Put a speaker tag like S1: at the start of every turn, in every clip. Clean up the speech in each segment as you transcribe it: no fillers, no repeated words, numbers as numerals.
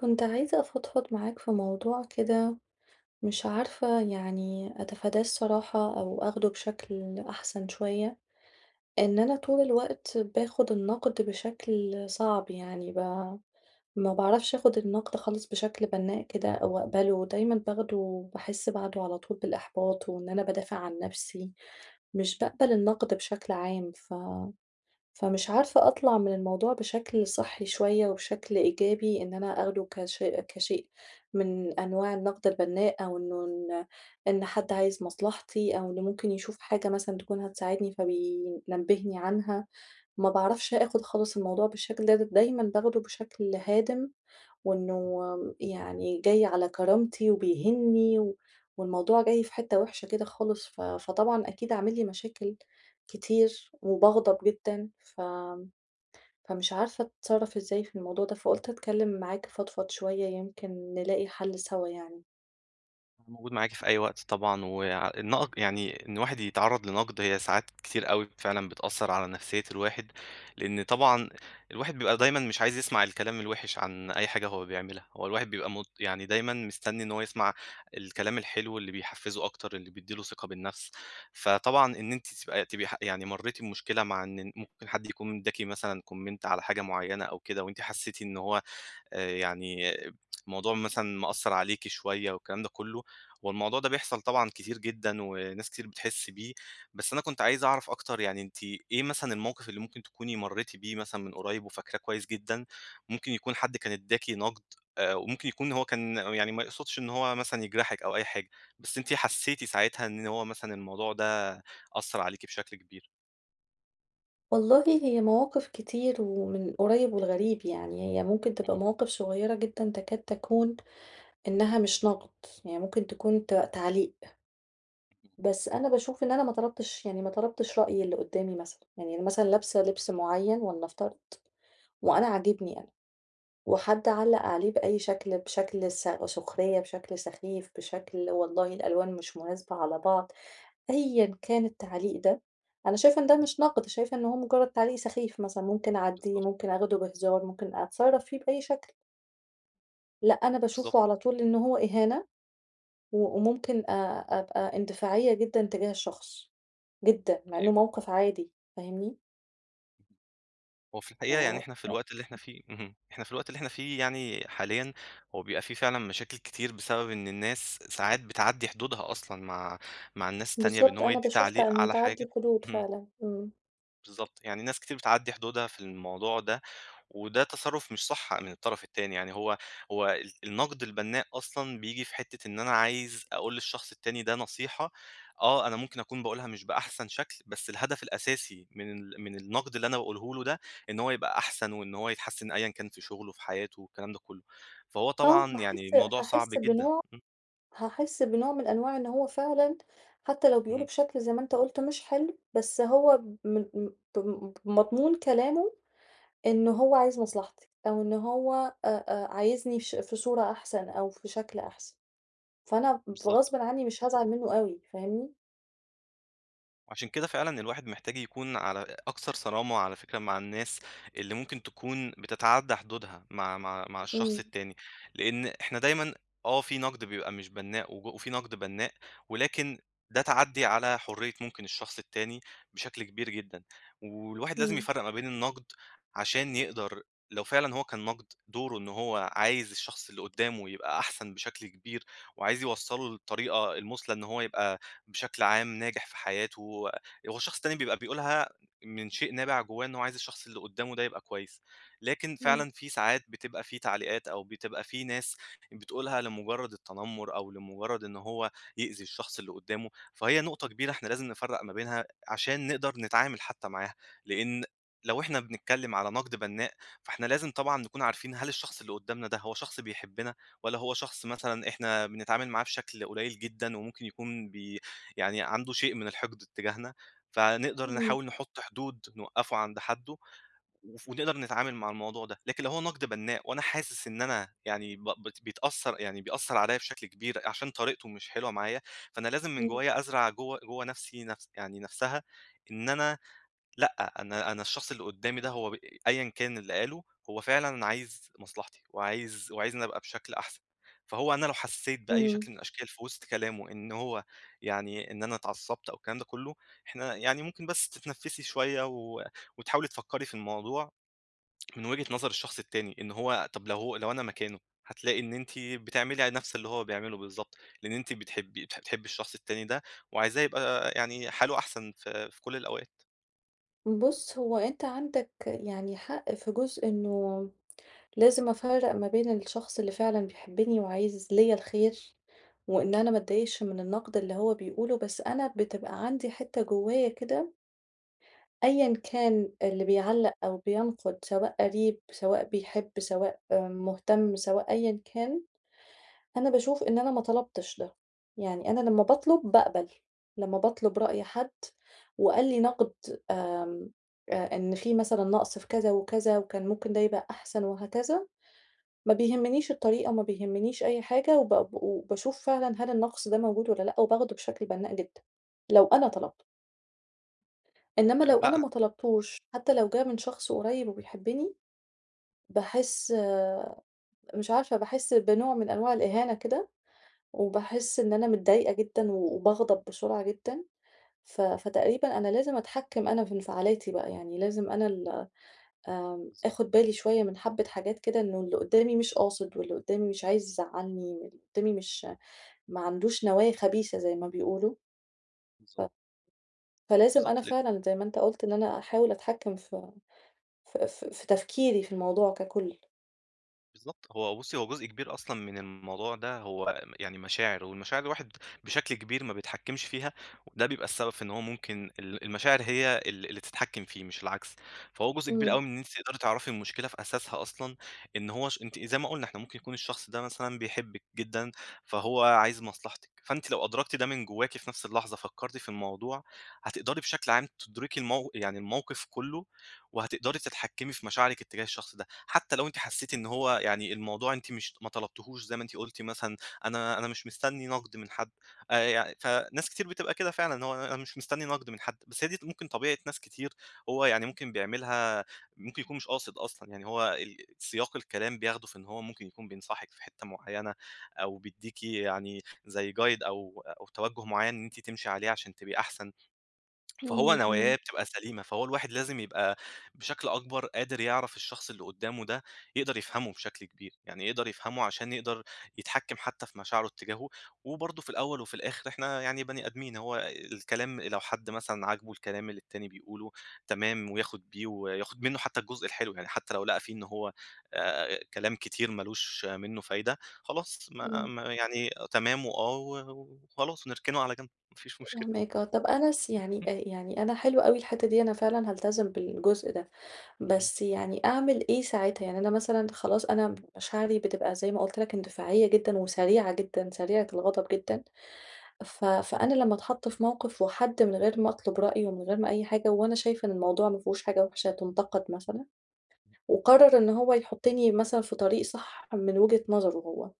S1: كنت عايزة أفضفض معاك في موضوع كده. مش عارفة يعني أتفاداه الصراحة أو أخده بشكل أحسن شوية. إن أنا طول الوقت باخد النقد بشكل صعب، يعني ما بعرفش أخد النقد خالص بشكل بناء كده أو أقبله، دايما باخده بحس بعده على طول بالإحباط وإن أنا بدافع عن نفسي، مش بقبل النقد بشكل عام. فمش عارفة أطلع من الموضوع بشكل صحّي شوية وبشكل إيجابي، إن أنا آخده كشيء من أنواع النقد البنّاء، أو إنه إن إن حد عايز مصلحتي، أو إنه ممكن يشوف حاجة مثلًا تكون هتساعدني فبينبّهني عنها، ما باعرفش آخُد خالص الموضوع بالشكل ده، دايمًا باخده بشكل هادم، وإنه يعني جاي على كرامتي وبيهِنّي، والموضوع جاي في حتّة وِحشة كده خالص، فطبعًا أكيد عامل لي مشاكل كتير وباغضب جدًا، فمش عارفة أتصرّف إزاي في الموضوع ده، فقُلت أتكلّم معاك أفضفض شوية يمكن نلاقي حَل سَوا يعني.
S2: أنا موجود معاكِ في أي وقت طبعًا، وع النق يعني إن الواحد يتعرّض لنقد، هي ساعات كتير أوي فعلًا بتأثّر على نفسية الواحد، لإن طبعًا الواحد بيبقى دايمًا مش عايز يسمع الكلام الوِحِش عن أي حاجة هو بيعملها، هو الواحد بيبقى يعني دايمًا مستني إن هو يسمع الكلام الحلو اللي بيحفّزه أكتر، اللي بيدّي له ثقة بالنفس. فطبعًا إن أنتِ تبقى تبقي ح يعني مرّيتِ بمشكلة، مع إن ممكن حد يكون ادّاكِ مثلًا comment على حاجة معيّنة أو كده، وأنتِ حسّيتِ إن هو يعني الموضوع مثلًا مأثّر عليكِ شوية والكلام ده كُلّه. هو الموضوع ده بيحصل طبعًا كتير جدًا وناس كتير بتحس بيه، بس أنا كنت عايز أعرف أكتر، يعني أنتِ إيه مثلًا الموقِف اللي ممكن تكوني مرّيتِ بيه مثلًا من قريب وفاكراه كويس جدًا؟ ممكن يكون حد كان ادّاكِ نقد، وممكن يكون هو كان يعني ما يقصدش إن هو مثلًا يجرحِك أو أي حاجة، بس أنتِ حسّيتِ ساعتها إن هو مثلًا الموضوع ده أثّر عليكِ بشكل كبير؟
S1: والله هي مواقف كتير ومن القريّب والغريب، يعني هي ممكن تبقى
S2: إمم.
S1: مواقف صغيّرة جدًا تكاد تكون إنّها مش نَقْد، يعني ممكن تكون تعليق.
S2: إمم.
S1: بس أنا باشوف إن أنا ما طلبتش، يعني ما طلبتش رأي اللي قدّامي مثلًا، يعني أنا مثلًا لابسة لبس معيّن ولنفترض وأنا
S2: إمم.
S1: عاجبني أنا، وحد علّق عليه بأي شكل، بشكل سخرية، بشكل سخيف، بشكل والله الألوان مش مناسبة على بعض، أيًا كان التعليق ده، أنا شايفة إن ده
S2: إمم.
S1: مش نقد، شايفة إن هو مجرد تعليق سخيف مثلًا ممكن أعدّيه،
S2: بالضبط.
S1: ممكن آخده بهزار، ممكن أتصرّف فيه بأي شكل، لأ أنا
S2: بالضبط.
S1: باشوفه على طول إن هو إهانة، وممكن أبقى اندفاعية جدًا تجاه الشخص، جدًا، مع إنه
S2: أيوه.
S1: موقف عادي، فاهمني؟
S2: هو في
S1: ف
S2: الحقيقة يعني إحنا في الوقت اللي إحنا فيه يعني حاليًا، هو بيبقى في فعلًا مشاكل كتير بسبب إن الناس ساعات بتعدّي حدودها أصلًا مع الناس التانية، بإن
S1: بالضبط،
S2: هو
S1: أنا
S2: يدّي
S1: باشوف
S2: تعليق على
S1: تعدّي
S2: حاجة.
S1: الحدود
S2: اهم.
S1: فعلًا، إمم.
S2: بالضبط، يعني ناس كتير بتعدّي حدودها في الموضوع ده، وده تصرُّف مش صح من الطرف التاني. يعني هو النقد البنّاء أصلًا بييجي في حتّة إن أنا عايز أقول للشخص التاني ده نصيحة. آه، أنا ممكن أكون باقولها مش بأحسن شكل، بس الهدف الأساسي من النقد اللي أنا باقوله له ده، إن هو يبقى أحسن وإن هو يتحسّن أيًا كان في شغله، في حياته، الكلام ده كلّه. فهو
S1: آه،
S2: طبعًا يعني
S1: هاحس
S2: الموضوع صعب
S1: هاحس
S2: جدًا.
S1: بنوع
S2: إمم.
S1: هاحس بنوع من أنواع إن هو فعلًا حتى لو بيقوله
S2: اهم.
S1: بشكل زي ما أنت قُلت مش حلو، بس هو م م بم بمضمون كلامه إن هو عايز مصلحتي، أو إن هو أ أ عايزني في صورة أحسن أو في شكل أحسن، فأنا
S2: بالضبط.
S1: غصبٍ عني مش هازعل منّه أوي، فاهمني؟
S2: وعشان كده فعلًا الواحد محتاج يكون على أكثر صرامة على فكرة، مع الناس اللي ممكن تكون بتتعدّى حدودها مع الشخص
S1: إمم.
S2: التاني. لإن إحنا دايمًا آه، في نقد بيبقى مش بنّاء وفي نقد بنّاء، ولكن ده تعدّي على حرية ممكن الشخص التاني بشكل كبير جدًا. والواحد لازم
S1: إمم،
S2: يفرّق ما بين النقد عشان يقدر، لو فعلًا هو كان نقد، دوره إن هو عايز الشخص اللي قدّامه يبقى أحسن بشكل كبير، وعايز يوصّله للطريقة المُثلى إن هو يبقى بشكل عام ناجح في حياته. هو الشخص التاني بيبقى بيقولها من شيء نابع جواه، إن هو عايز الشخص اللي قدامه ده يبقى كويس. لكن
S1: إمم،
S2: فعلًا في ساعات بتبقى في تعليقات، أو بتبقى في ناس بتقولها لمجرد التنمر أو لمجرد إن هو يأذي الشخص اللي قدامه. فهي نقطة كبيرة إحنا لازم نفرّق ما بينها عشان نقدر نتعامل حتى معاها. لإن لو إحنا بنتكلم على نقد بناء، فإحنا لازم طبعًا نكون عارفين، هل الشخص اللي قدامنا ده هو شخص بيحبنا والّا هو شخص مثلًا إحنا بنتعامل معاه بشكل قليل جدًا وممكن يكون يعني عنده شيء من الحقد اتجاهنا، فنقدر
S1: إمم،
S2: نحاول نحط حدود نوقّفه عند حدُّه، ونقدر نتعامل مع الموضوع ده. لكن لو هو نقد بنّاء وأنا حاسس إن أنا يعني ب بت بيتأثّر يعني بيأثّر عليَّ بشكل كبير عشان طريقته مش حلوة معايا، فأنا لازم من
S1: إمم،
S2: جوايا أزرع جوّه جوّه نفسي يعني نفسها، إن أنا لأ، أنا الشخص اللي قدّامي ده هو أيًا كان اللي قاله، هو فعلًا عايز مصلحتي وعايزني أبقى بشكل أحسن. فهو أنا لو حسّيت بأي
S1: إمم.
S2: شكل من الأشكال في وسط كلامه إن هو يعني إن أنا اتعصّبت أو الكلام ده كلّه، إحنا يعني ممكن بس تتنفّسي شوية، و وتحاولي تفكّري في الموضوع من وجهة نظر الشخص التاني، إن هو طَب لو هو لو أنا مكانه، هتلاقي إن أنتِ بتعملي نَفْس اللي هو بيعمله بالضبط، لإن أنتِ بتحبي الشخص التاني ده، وعايزاه يبقى يعني حاله أحسن في كل الأوقات.
S1: بُص، هو أنت عندك يعني حق في جزء إنه لازم أفرّق ما بين الشخص اللي فعلًا بيحبني وعايز ليّا الخير، وإن أنا ما أتضايقش من النقد اللي هو بيقوله، بس أنا بتبقى عندي حتّة جوايا كده أيًا كان اللي بيعلّق أو بينقد، سواء قريب، سواء بيحب، سواء آه، مهتم، سواء أيًا كان. أنا باشوف إن أنا ما طلبتش ده، يعني أنا لمّا باطلب باقبل، لمّا باطلب رأي حد وقال لي نقد، آمم، إن في مثلًا نقص في كذا وكذا وكان ممكن ده يبقى أحسن وهكذا، ما بيهمنيش الطريقة وما بيهمنيش أي حاجة، وباشوف فعلًا هل النقص ده موجود والّا لأ، وباخده بشكل بنّاء جدًا، لو أنا طلبته، إنما لو
S2: فاهم؟ لأ،
S1: أنا
S2: أنا.
S1: ما طلبتوش حتى لو جه من شخص قريب وبيحبني، باحس، مش عارفة، باحس بنوع من أنواع الإهانة كده، وباحس إن أنا متضايقة جدًا، وباغضب بسرعة جدًا، فتقريبًا أنا لازم أتحكّم أنا في انفعالاتي بقى، يعني لازم أنا ال آمم،
S2: بالضبط.
S1: آخُد بالي شوية من حبّة حاجات كده إنه اللي قُدّامي مش قاصد، واللي قُدّامي مش عايز يزعّلني، واللي قُدّامي مش ما عندوش نوايا خبيثة زي ما بيقولوا،
S2: بالضبط.
S1: ف فلازم أنا
S2: بالضبط
S1: فعلًا زي ما أنت قُلت إن أنا أحاول أتحكّم في تفكيري في الموضوع ككُل.
S2: بالضبط، هو بُصّي، هو جزء كبير أصلًا من الموضوع ده هو يعني مشاعر، والمشاعر الواحد بشكل كبير ما بيتحكمش فيها، وده بيبقى السبب في إن هو ممكن ال المشاعر هي اللي تتحكم فيه مش العكس. فهو جزء كبير
S1: إمم،
S2: أوي من إن أنتِ تقدري تعرفي المشكلة في أساسها أصلًا، إن هو ش أنتِ زي ما قُلنا، إحنا ممكن يكون الشخص ده مثلًا بيحبِك جدًا، فهو عايز مصلحتِك، فأنتِ لو أدركتِ ده من جواكِ في نفس اللحظة فكرتِ في الموضوع، هتقدري بشكل عام تدركي يعني الموقف كلّه، وهتقدري تتحكمي في مشاعرِك اتجاه الشخص ده. حتى لو أنتِ حسيتِ إن هو يعني الموضوع أنتِ مش ما طلبتيهوش زي ما أنتِ قُلتِ مثلًا، أنا أنا مش مستني نقد من حد، يع فناس كتير بتبقى كده فعلًا، إن هو أنا مش مستني نقد من حد، بس هي دي ممكن طبيعة ناس كتير، هو يعني ممكن بيعملها، ممكن يكون مش قاصد أصلًا. يعني هو ال سياق الكلام بياخده في إن هو ممكن يكون بينصحِك في حتّة معيّنة، أو بيدّيكِ يعني زي guide أو أو توجُّه معيّن إن أنتِ تمشي عليه عشان تبقي أحسن. فهو
S1: إمم، إمم،
S2: نواياه بتبقى سليمة، فهو الواحد لازم يبقى بشكل أكبر قادر يعرف الشخص اللي قدّامه ده، يقدر يفهمه بشكل كبير، يعني يقدر يفهمه عشان يقدر يتحكّم حتى في مشاعره اتجاهه. وبرضه في الأول وفي الآخر إحنا يعني بني آدمين، هو الكلام لو حد مثلًا عاجبه الكلام اللي التاني بيقوله، تمام، وياخد بيه وياخد منّه حتى الجزء الحلو. يعني حتى لو لقى فيه إن هو كلام كتير ما لوش منّه فايدة، خلاص ما
S1: إمم.
S2: ما يعني تمام وآه و وخلاص، ونركنه على جنب، ما فيش مشكلة.
S1: فاهماك آه، طب أنا يعني يعني أنا حلو أوي الحتّة دي، أنا فعلًا هالتزم بالجزء ده،
S2: إمم.
S1: بس يعني أعمل إيه ساعتها؟ يعني أنا مثلًا خلاص أنا مشاعري بتبقى زي ما قُلت لك اندفاعية جدًا وسريعة جدًا، سريعة الغضب جدًا، فأنا لمّا اتحط في موقف وحد من غير ما أطلب رأيه ومن غير ما أي حاجة، وأنا شايفة إن الموضوع ما فيهوش حاجة وحشة تُنتقد مثلًا، وقرر إن هو يحطني مثلًا في طريق صح من وجهة نظره هو.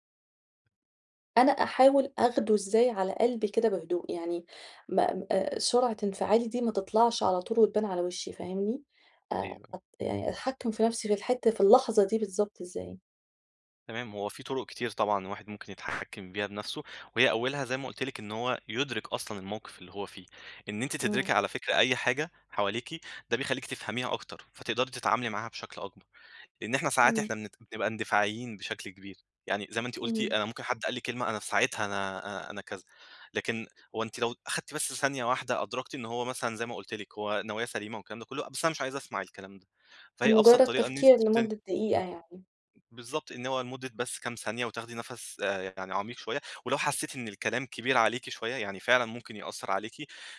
S1: أنا أحاول آخده إزاي على قلبي كده بهدوء، يعني ما م سرعة انفعالي دي ما تطلعش على طول وتبان على وشي، فاهمني؟
S2: أيوه.
S1: أت يعني أتحكّم في نَفْسي في الحتّة في اللحظة دي بالضبط إزاي.
S2: تمام، هو في طرق كتير طبعًا الواحد ممكن يتحكّم بيها بنَفْسه، وهي أولها زي ما قُلت لِك، إن هو يُدرِك أصلًا الموقِف اللي هو فيه. إن أنتِ
S1: إمم،
S2: تدركي على فكرة أي حاجة حواليكِ، ده بيخلّيكِ تفهميها أكتر، فتقدري تتعاملي معاها بشكل أكبر. لإن إحنا ساعات
S1: إمم،
S2: إحنا بنبقى اندفاعيين بشكل كبير. يعني زي ما أنتِ قُلتِ،
S1: إمم.
S2: أنا ممكن حد قال لي كلمة أنا في ساعتها أنا أنا أنا كذا، لكن هو أنتِ لو أخدتِ بس ثانية واحدة أدركتِ إن هو مثلًا زي ما قُلت لِك، هو نوايا سليمة والكلام ده كُلّه، بس أنا مش عايزة أسمع الكلام ده. فهي أبسط
S1: مجرّد
S2: طريقة إن
S1: تفكير
S2: أنتِ
S1: لمدة دقيقة يعني.
S2: بالضبط، إن هو لمدة بس كام ثانية وتاخدي نَفَس يعني عميق شوية، ولو حسّيتِ إن الكلام كبير عليكِ شوية، يعني فعلًا ممكن يأثّر عليكِ،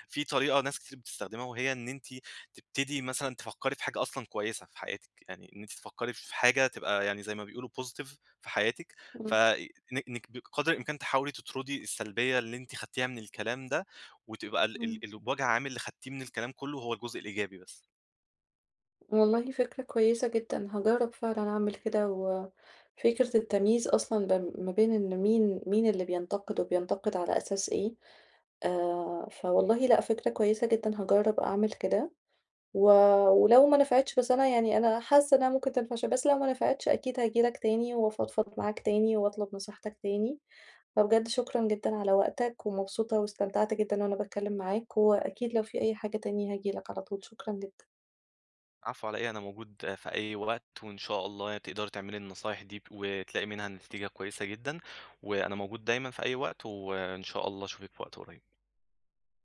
S2: في طريقة ناس كتير بتستخدمها وهي إن أنتِ تبتدي مثلًا تفكّري في حاجة أصلًا كويسة في حياتِك، يعني إن أنتِ تفكّري في حاجة تبقى يعني زي ما بيقولوا positive في حياتِك. ف
S1: إمم،
S2: إن إنِّك بقدر الإمكان تحاولي تطردي السلبية اللي أنتِ خدتيها من الكلام ده، وتبقى ال ال
S1: إمم.
S2: الوجع عامل اللي خدتيه من الكلام كلّه هو الجزء الإيجابي بس.
S1: والله فكرة كويسة جدًا، هاجرّب فعلًا أعمل كده، وفكرة التمييز أصلًا ما بين إن مين اللي بينتقد وبينتقد على أساس إيه، فوالله لأ، فكرة كويسة جدًا هاجرّب أعمل كده. و ولو ما نفعتش، بس أنا يعني أنا حاسة إنها ممكن تنفع شوية، بس لو ما نفعتش أكيد هاجي لك تاني وأفضفض معاك تاني وأطلب نصيحتك تاني، فبجد شكرًا جدًا على وقتك ومبسوطة، واستمتعت جدًا وأنا باتكلم معاك، وأكيد لو في أي حاجة تاني هاجي لك على طول، شكرًا جدًا.
S2: العفو على إيه، أنا موجود في أي وقت، وإن شاء الله تقدري تعملي النصايح دي وتلاقي منها نتيجة كويسة جدًا، وأنا موجود دايمًا في أي وقت، وإن شاء الله أشوفِك في وقت قريب.